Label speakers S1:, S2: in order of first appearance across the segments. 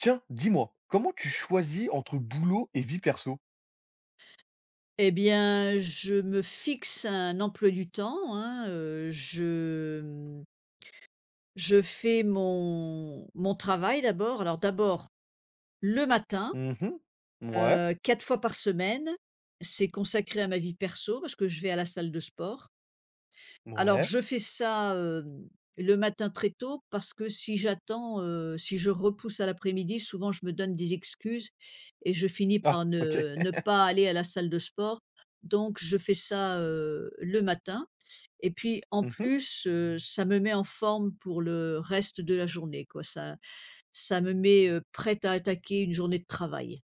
S1: Tiens, dis-moi, comment tu choisis entre boulot et vie perso?
S2: Eh bien, je me fixe un emploi du temps, hein, je fais mon travail d'abord. Alors d'abord le matin,
S1: Mmh ouais. Mouais.
S2: 4 fois par semaine, c'est consacré à ma vie perso parce que je vais à la salle de sport. Alors je fais ça, le matin très tôt parce que si je repousse à l'après-midi, souvent je me donne des excuses et je finis
S1: Ah,
S2: par
S1: OK.
S2: ne pas aller à la salle de sport. Donc je fais ça, le matin et puis en
S1: Mmh.
S2: plus, ça me met en forme pour le reste de la journée quoi. Ça me met, prête à attaquer une journée de travail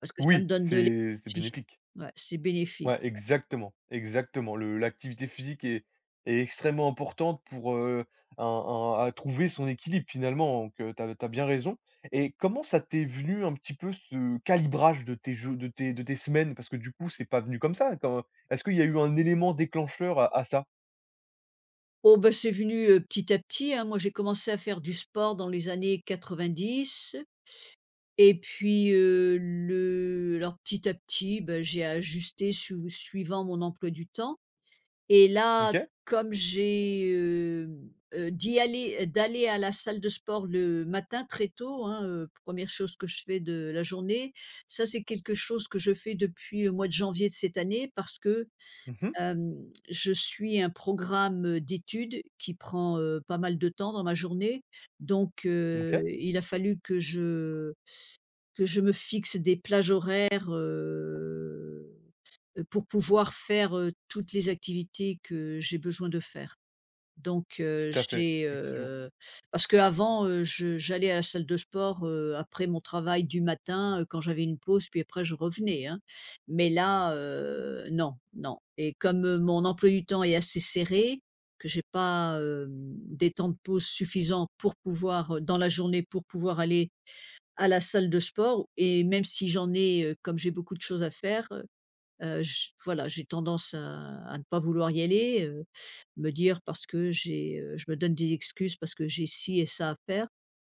S2: parce que ça me
S1: Oui,
S2: donne de
S1: c'est
S2: l'énergie.
S1: bénéfique.
S2: Ouais, c'est bénéfique.
S1: Ouais, exactement, exactement. Le l'activité physique est extrêmement importante pour, un à trouver son équilibre finalement, donc tu as bien raison. Et comment ça t'est venu un petit peu ce calibrage de tes jeux de tes semaines? Parce que du coup, c'est pas venu comme ça. Quand est-ce qu'il y a eu un élément déclencheur à ça?
S2: Oh ben c'est venu, petit à petit, hein. Moi, j'ai commencé à faire du sport dans les années 90 et puis, le alors petit à petit, bah, j'ai ajusté su suivant mon emploi du temps et là,
S1: OK.
S2: comme j'ai, hem, d'y aller d'aller à la salle de sport le matin très tôt, hein, 1 chose que je fais de la journée. Ça, c'est quelque chose que je fais depuis le mois de janvier de cette année parce que
S1: Mmh.
S2: Hem, je suis un programme d'études qui prend, pas mal de temps dans ma journée donc
S1: OK.
S2: il a fallu que je me fixe des plages horaires, pour pouvoir faire, toutes les activités que j'ai besoin de faire. Donc heu,
S1: Tout à fait,
S2: j'ai,
S1: effectivement.
S2: heu Parce qu'avant, je j'allais à la salle de sport, après mon travail du matin, quand j'avais une pause, puis après je revenais, hein. Mais là, non, non, et comme, mon emploi du temps est assez serré, que j'ai pas, des temps de pause suffisants pour pouvoir, dans la journée, pour pouvoir aller à la salle de sport et même si j'en ai, comme j'ai beaucoup de choses à faire, j voilà, j'ai tendance à ne pas vouloir y aller, me dire parce que j'ai, je me donne des excuses parce que j'ai ci et ça à faire.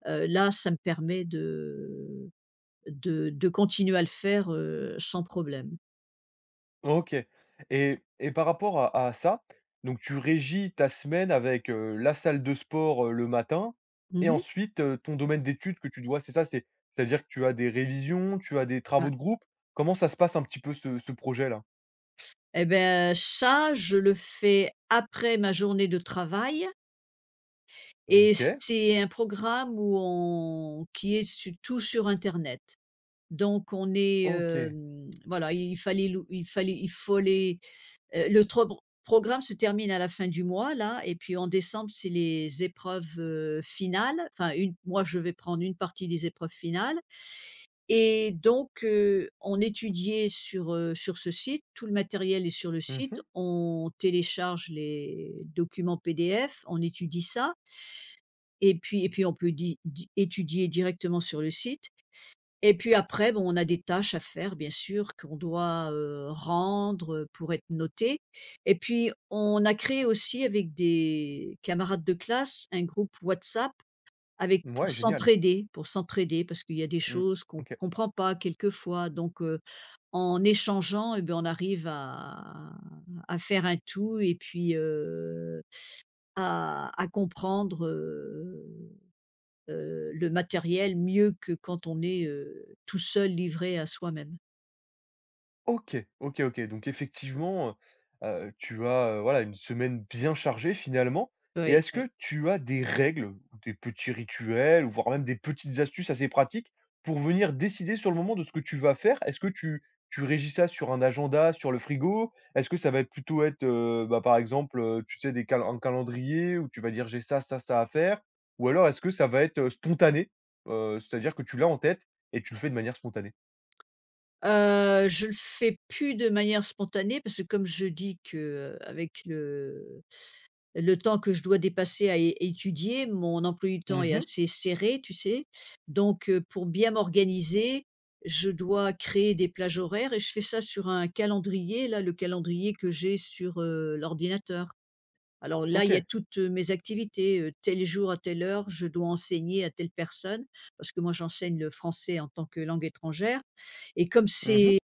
S2: Là, ça me permet de continuer à le faire, sans problème.
S1: OK. Et par rapport à ça, donc tu régis ta semaine avec, la salle de sport, le matin, et
S2: Mmh.
S1: ensuite, ton domaine d'études que tu dois, c'est ça, c'est-à-dire que tu as des révisions, tu as des
S2: Ouais.
S1: travaux de groupe? Comment ça se passe un petit peu ce projet-là?
S2: Et ben ça, je le fais après ma journée de travail
S1: Mmh.
S2: et
S1: OK,
S2: c'est un programme où on qui est su tout sur internet. Donc on est,
S1: OK.
S2: voilà, il fallait lou il fallait il faut. Le trobr programme se termine à la fin du mois là et puis en décembre, c'est les épreuves, finales. Enfin une moi je vais prendre une partie des épreuves finales et donc on étudiait sur ce site, tout le matériel est sur le
S1: Mmh
S2: site,
S1: mh.
S2: on télécharge les documents PDF, on étudie ça et puis on peut di di étudier directement sur le site et puis après, bon, on a des tâches à faire bien sûr qu'on doit, rendre, pour être noté et puis on a créé aussi avec des camarades de classe un groupe WhatsApp avec pour
S1: Ouais, génial.
S2: s'entraider parce qu'il y a des
S1: Mmh.
S2: choses qu'on
S1: OK.
S2: comprend pas quelquefois donc en échangeant et ben, on arrive à faire un tout et puis, à comprendre, le matériel mieux que quand on est, tout seul livré à soi-même.
S1: OK, OK, OK. Donc effectivement, tu as, voilà, une semaine bien chargée finalement. Et
S2: Oui,
S1: est-ce
S2: oui.
S1: que tu as des règles ou des petits rituels, ou voire même des petites astuces assez pratiques pour venir décider sur le moment de ce que tu vas faire? Est-ce que tu régis ça sur un agenda, sur le frigo? Est-ce que ça va plutôt être, bah, par exemple, tu sais, des cal un calendrier où tu vas dire: «J'ai ça, ça, ça à faire»? Ou alors est-ce que ça va être, spontané? C'est-à-dire que tu l'as en tête et tu le fais de manière spontanée?
S2: Je le fais plus de manière spontanée parce que comme je dis que, avec le temps que je dois dépasser à é étudier, mon emploi du temps est
S1: Mmh.
S2: assez serré, tu sais? Donc pour bien m'organiser, je dois créer des plages horaires et je fais ça sur un calendrier, là, le calendrier que j'ai sur, l'ordinateur. Alors là, il y a
S1: OK.
S2: toutes, mes activités, tel jour à telle heure, je dois enseigner à telle personne, parce que moi j'enseigne le français en tant que langue étrangère et comme
S1: Mmh.
S2: c'est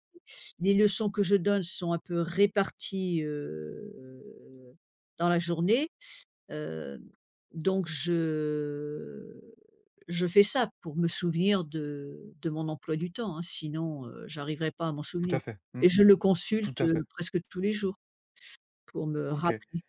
S2: les leçons que je donne sont un peu réparties, dans la journée, heu, donc je fais ça pour me souvenir de mon emploi du temps, hein, sinon, j'arriverai pas à m'en
S1: Tout à
S2: souvenir
S1: fait. Mmh.
S2: et je le
S1: Tout
S2: consulte,
S1: à fait.
S2: presque tous les jours pour me
S1: OK.
S2: rappeler.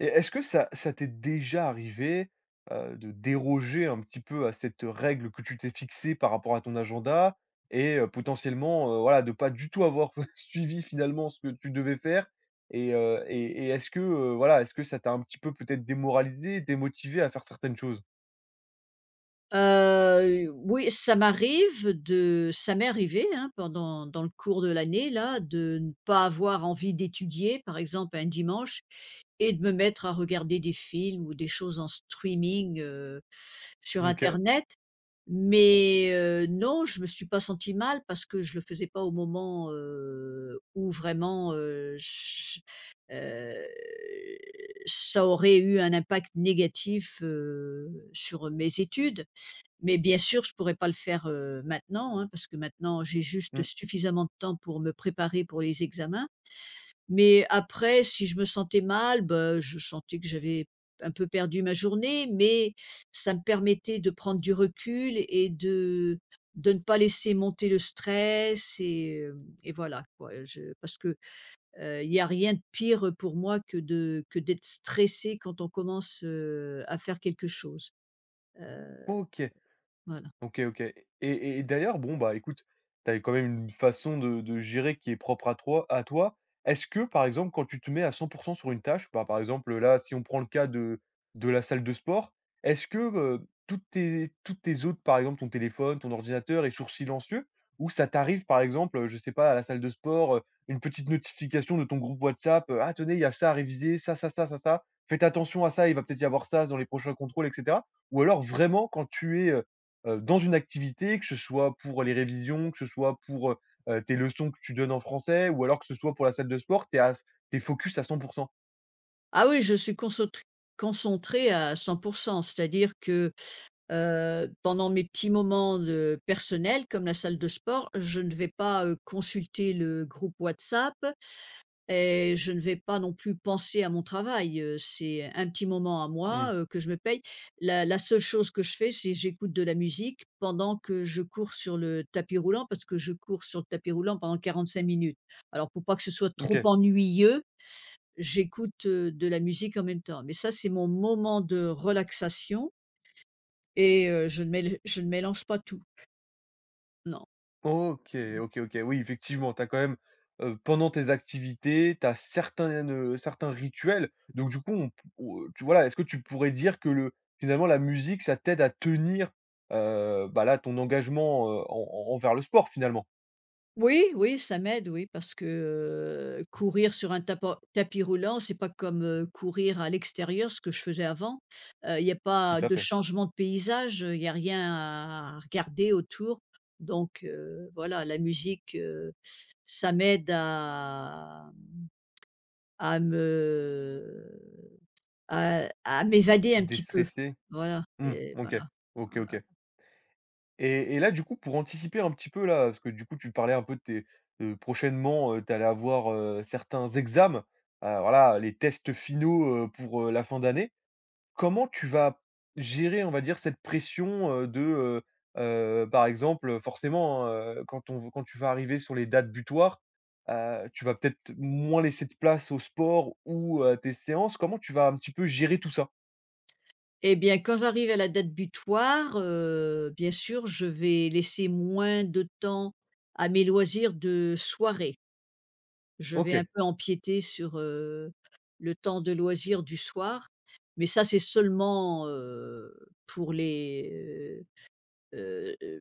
S1: Et est-ce que ça t'est déjà arrivé, de déroger un petit peu à cette règle que tu t'es fixée par rapport à ton agenda et potentiellement, voilà, de pas du tout avoir suivi finalement ce que tu devais faire? Et est-ce que, voilà, est-ce que ça t'a un petit peu peut-être démoralisé démotivé à faire certaines choses?
S2: Oui, ça m'est arrivé, hein, pendant dans le cours de l'année là, de ne pas avoir envie d'étudier, par exemple un dimanche et de me mettre à regarder des films ou des choses en streaming, sur
S1: OK.
S2: internet. Mais, non, je me suis pas sentie mal parce que je le faisais pas au moment, où vraiment, j heu, ça aurait eu un impact négatif, sur mes études. Mais bien sûr, je pourrais pas le faire, maintenant, hein, parce que maintenant j'ai juste
S1: Mmh.
S2: suffisamment de temps pour me préparer pour les examens. Mais après, si je me sentais mal, ben je sentais que j'avais un peu perdu ma journée, mais ça me permettait de prendre du recul et de ne pas laisser monter le stress et voilà quoi, je parce que, il y a rien de pire, pour moi que d'être stressé quand on commence, à faire quelque chose, heu,
S1: OK.
S2: voilà.
S1: OK, OK. Et d'ailleurs, bon, bah, écoute, tu avais quand même une façon de gérer qui est propre à toi à toi. Est-ce que, par exemple, quand tu te mets à 100% sur une tâche, bah, par exemple, là, si on prend le cas de la salle de sport, est-ce que, toutes tes autres, par exemple, ton téléphone, ton ordinateur est sur silencieux? Ou ça t'arrive, par exemple, je sais pas, à la salle de sport, une petite notification de ton groupe WhatsApp, «Ah tenez, il y a ça à réviser, ça, ça, ça, ça, ça. Faites attention à ça, il va peut-être y avoir ça dans les prochains contrôles», et cetera? Ou alors vraiment quand tu es, dans une activité, que ce soit pour les révisions, que ce soit pour tes leçons que tu donnes en français, ou alors que ce soit pour la salle de sport, tu es focus à 100%.
S2: Ah oui, je suis concentré concentrée à 100% C'est-à-dire que, pendant mes petits moments de personnels, comme la salle de sport, je ne vais pas, consulter le groupe WhatsApp et je ne vais pas non plus penser à mon travail, c'est un petit moment à
S1: Mmh,
S2: moi, que je me paye. La seule chose que je fais, c'est j'écoute de la musique pendant que je cours sur le tapis roulant, parce que je cours sur le tapis roulant pendant 45 minutes. Alors pour pas que ce soit trop
S1: OK.
S2: ennuyeux, j'écoute, de la musique en même temps. Mais ça, c'est mon moment de relaxation et je ne mélange pas tout, non.
S1: OK, OK, OK. Oui, effectivement, tu as quand même, pendant tes activités, tu as certains rituels. Donc du coup, tu voilà, est-ce que tu pourrais dire que le finalement la musique, ça t'aide à tenir, bah, là, ton engagement, en en envers le sport finalement?
S2: Oui, oui, ça m'aide, oui, parce que, courir sur un tapa tapis roulant, c'est pas comme, courir à l'extérieur, ce que je faisais avant. Il n'y a
S1: Tout
S2: pas
S1: à
S2: de
S1: fait.
S2: changement de paysage, il n'y a rien à regarder autour. Donc voilà, la musique, ça m'aide à me à m'évader un petit peu.
S1: Déstresser.
S2: Voilà.
S1: Mmh,
S2: Et
S1: OK.
S2: voilà,
S1: OK,
S2: voilà.
S1: OK. Et là, du coup, pour anticiper un petit peu là, parce que du coup, tu parlais un peu de tes prochainement, tu allais avoir, certains examens, voilà, les tests finaux, pour, la fin d'année. Comment tu vas gérer, on va dire, cette pression, par exemple, forcément, hein, quand tu vas arriver sur les dates butoirs, tu vas peut-être moins laisser de place au sport ou à tes séances. Comment tu vas un petit peu gérer tout ça?
S2: Et bien, quand j'arrive à la date butoir, bien sûr, je vais laisser moins de temps à mes loisirs de soirée. Je vais
S1: OK.
S2: un peu empiéter sur, le temps de loisirs du soir, mais ça, c'est seulement, pour les, heu heu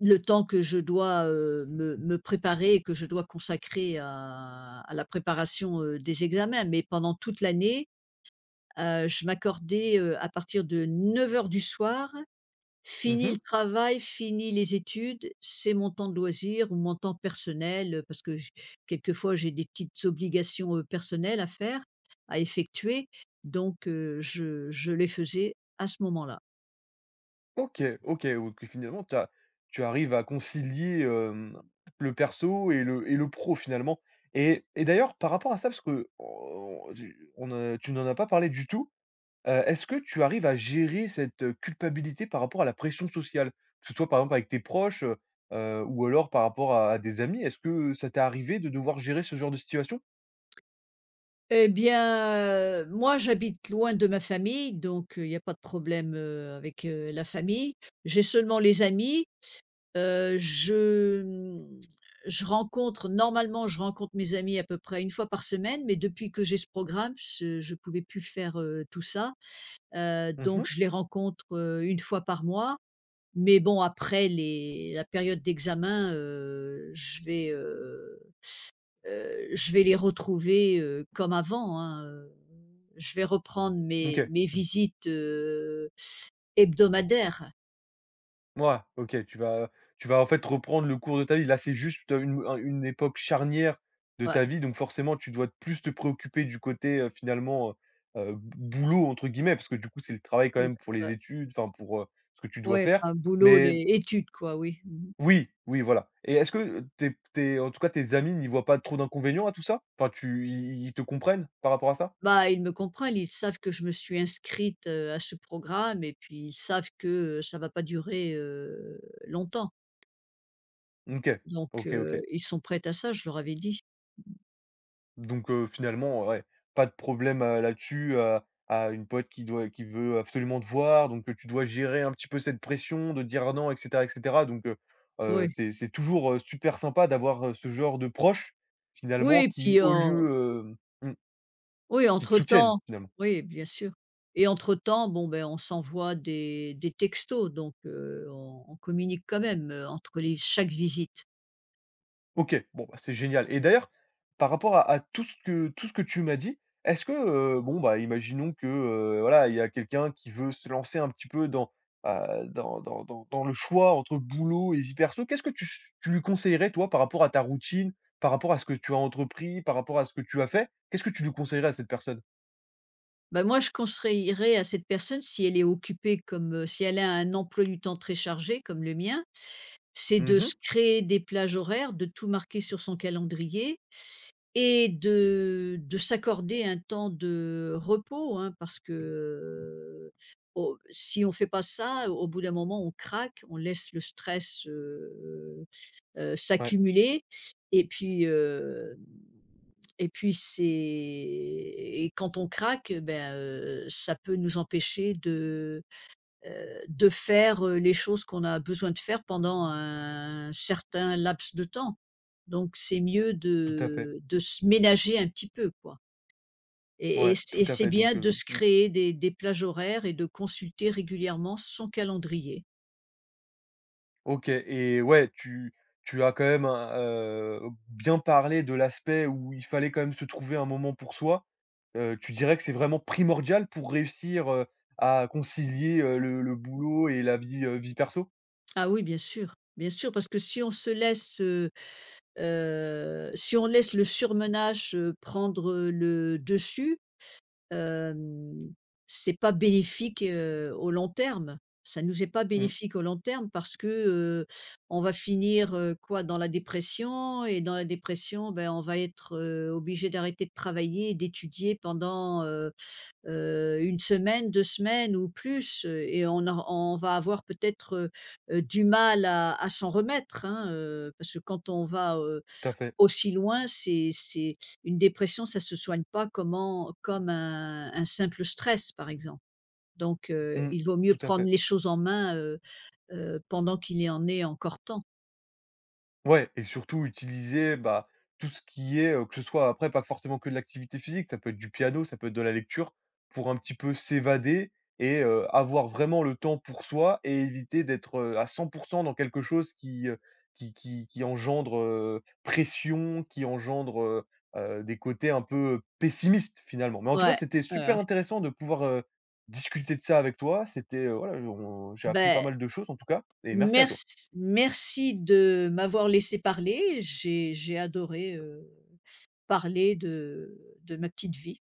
S2: le temps que je dois, me préparer et que je dois consacrer à la préparation, des examens. Mais pendant toute l'année, je m'accordais, à partir de 9 heures du soir, fini
S1: Mmh.
S2: le travail, fini les études, c'est mon temps de loisir ou mon temps personnel, parce que j quelquefois j'ai des petites obligations, personnelles à faire, à effectuer, donc je les faisais à ce moment-là.
S1: OK, OK, donc finalement tu arrives à concilier, hem, le perso et le pro finalement. Et d'ailleurs par rapport à ça, parce que on tu on a tu n'en as pas parlé du tout, est-ce que tu arrives à gérer cette, culpabilité par rapport à la pression sociale? Que ce soit par exemple avec tes proches, ou alors par rapport à des amis, est-ce que ça t'est arrivé de devoir gérer ce genre de situation?
S2: Eh bien, moi j'habite loin de ma famille, donc il n'y a pas de problème, avec, la famille. J'ai seulement les amis. Heu, je, mmh, je rencontre mes amis à peu près une fois par semaine, mais depuis que j'ai ce programme, je ne pouvais plus faire, tout ça. Donc
S1: Mmh.
S2: je les rencontre, 1 fois par mois, mais bon après les la période d'examen, je vais les retrouver, comme avant, hein. Je vais reprendre mes
S1: OK.
S2: mes visites, hebdomadaires.
S1: Mouais, OK, tu vas, en fait, reprendre le cours de ta vie. Là, c'est juste une époque charnière de ta
S2: Ouais,
S1: vie, donc forcément, tu dois plus te préoccuper du côté, finalement, «boulot» entre guillemets, parce que du coup, c'est le travail quand même pour les
S2: ouais.
S1: études, enfin pour, ce que tu dois
S2: Ouais,
S1: faire.
S2: enfin boulot,
S1: Mais
S2: les études quoi, oui. Mmh.
S1: oui, oui, voilà. Et est-ce que tes tes en tout cas, tes amis n'y voient pas trop d'inconvénients à tout ça? Enfin, tu ils te comprennent par rapport à ça?
S2: Bah, ils me comprennent, ils savent que je me suis inscrite, à ce programme et puis ils savent que, ça va pas durer, longtemps.
S1: OK,
S2: Donc
S1: OK, OK.
S2: ils sont prêts à ça, je leur avais dit.
S1: Donc finalement, ouais, pas de problème, là-dessus, à une pote qui veut absolument te voir, donc tu dois gérer un petit peu cette pression de dire non, et cetera et cetera, donc
S2: Oui.
S1: c'est toujours, super sympa d'avoir, ce genre de proches,
S2: Oui
S1: finalement,
S2: et
S1: qui
S2: puis
S1: au
S2: en
S1: lieu, hem, mmh,
S2: oui,
S1: qui te soutiennent,
S2: entre-temps,
S1: finalement.
S2: oui, bien sûr. Et entre-temps, bon, ben on s'envoie des textos donc on communique quand même, entre les chaque visite.
S1: OK, bon, bah, c'est génial. Et d'ailleurs, par rapport à tout ce que tu m'as dit, est-ce que, bon, bah, imaginons que, voilà, il y a quelqu'un qui veut se lancer un petit peu dans le choix entre boulot et vie perso, qu'est-ce que tu lui conseillerais, toi, par rapport à ta routine, par rapport à ce que tu as entrepris, par rapport à ce que tu as fait? Qu'est-ce que tu lui conseillerais à cette personne?
S2: Bah, moi, je conseillerais à cette personne, si elle est occupée si elle a un emploi du temps très chargé comme le mien, c'est de
S1: Mmh
S2: se créer des plages horaires, de tout marquer sur son calendrier et de s'accorder un temps de repos, hein, parce que, au si on fait pas ça, au bout d'un moment, on craque, on laisse le stress,
S1: ouais,
S2: s'accumuler et puis, heu et puis c'est et quand on craque, ben, ça peut nous empêcher de faire, les choses qu'on a besoin de faire pendant un certain laps de temps. Donc c'est mieux
S1: tout à fait.
S2: de se ménager un petit peu, quoi, et et
S1: Ouais,
S2: c'est
S1: tout
S2: et
S1: à
S2: c'est
S1: fait, donc
S2: bien de se
S1: mmh.
S2: créer des plages horaires et de consulter régulièrement son calendrier.
S1: OK et ouais, tu as quand même bien parlé de l'aspect où il fallait quand même se trouver un moment pour soi. Tu dirais que c'est vraiment primordial pour réussir, à concilier, le boulot et la vie perso?
S2: Ah oui, bien sûr, parce que euh, si on laisse le surmenage, prendre le dessus, hem, c'est pas bénéfique, au long terme. Ça nous est pas
S1: Mmh,
S2: bénéfique au long terme parce que, on va finir, quoi? Dans la dépression et dans la dépression, ben, on va être, obligé d'arrêter de travailler et d'étudier pendant, 1 semaine, 2 semaines ou plus, et on va avoir peut-être, du mal à s'en remettre, hein, parce que quand on va,
S1: tout à fait.
S2: aussi loin, c'est une dépression, ça se soigne pas comme un simple stress, par exemple. Donc
S1: Mmh,
S2: il vaut mieux
S1: tout à
S2: prendre
S1: fait.
S2: les choses en main, pendant qu'il y en est encore temps.
S1: Ouais, et surtout utiliser, bah, tout ce qui est, que ce soit après, pas forcément que de l'activité physique, ça peut être du piano, ça peut être de la lecture, pour un petit peu s'évader et avoir vraiment le temps pour soi et éviter d'être, à 100% dans quelque chose qui, qui engendre, pression, qui engendre, des côtés un peu pessimistes finalement. Mais en tout cas,
S2: Ouais,
S1: c'était
S2: ouais, ouais.
S1: super intéressant de pouvoir, discuter de ça avec toi. C'était, voilà, on j'ai appris pas
S2: Beh,
S1: mal de choses en tout cas, et merci à toi.
S2: merci de m'avoir laissé parler. J'ai adoré, parler de ma petite vie.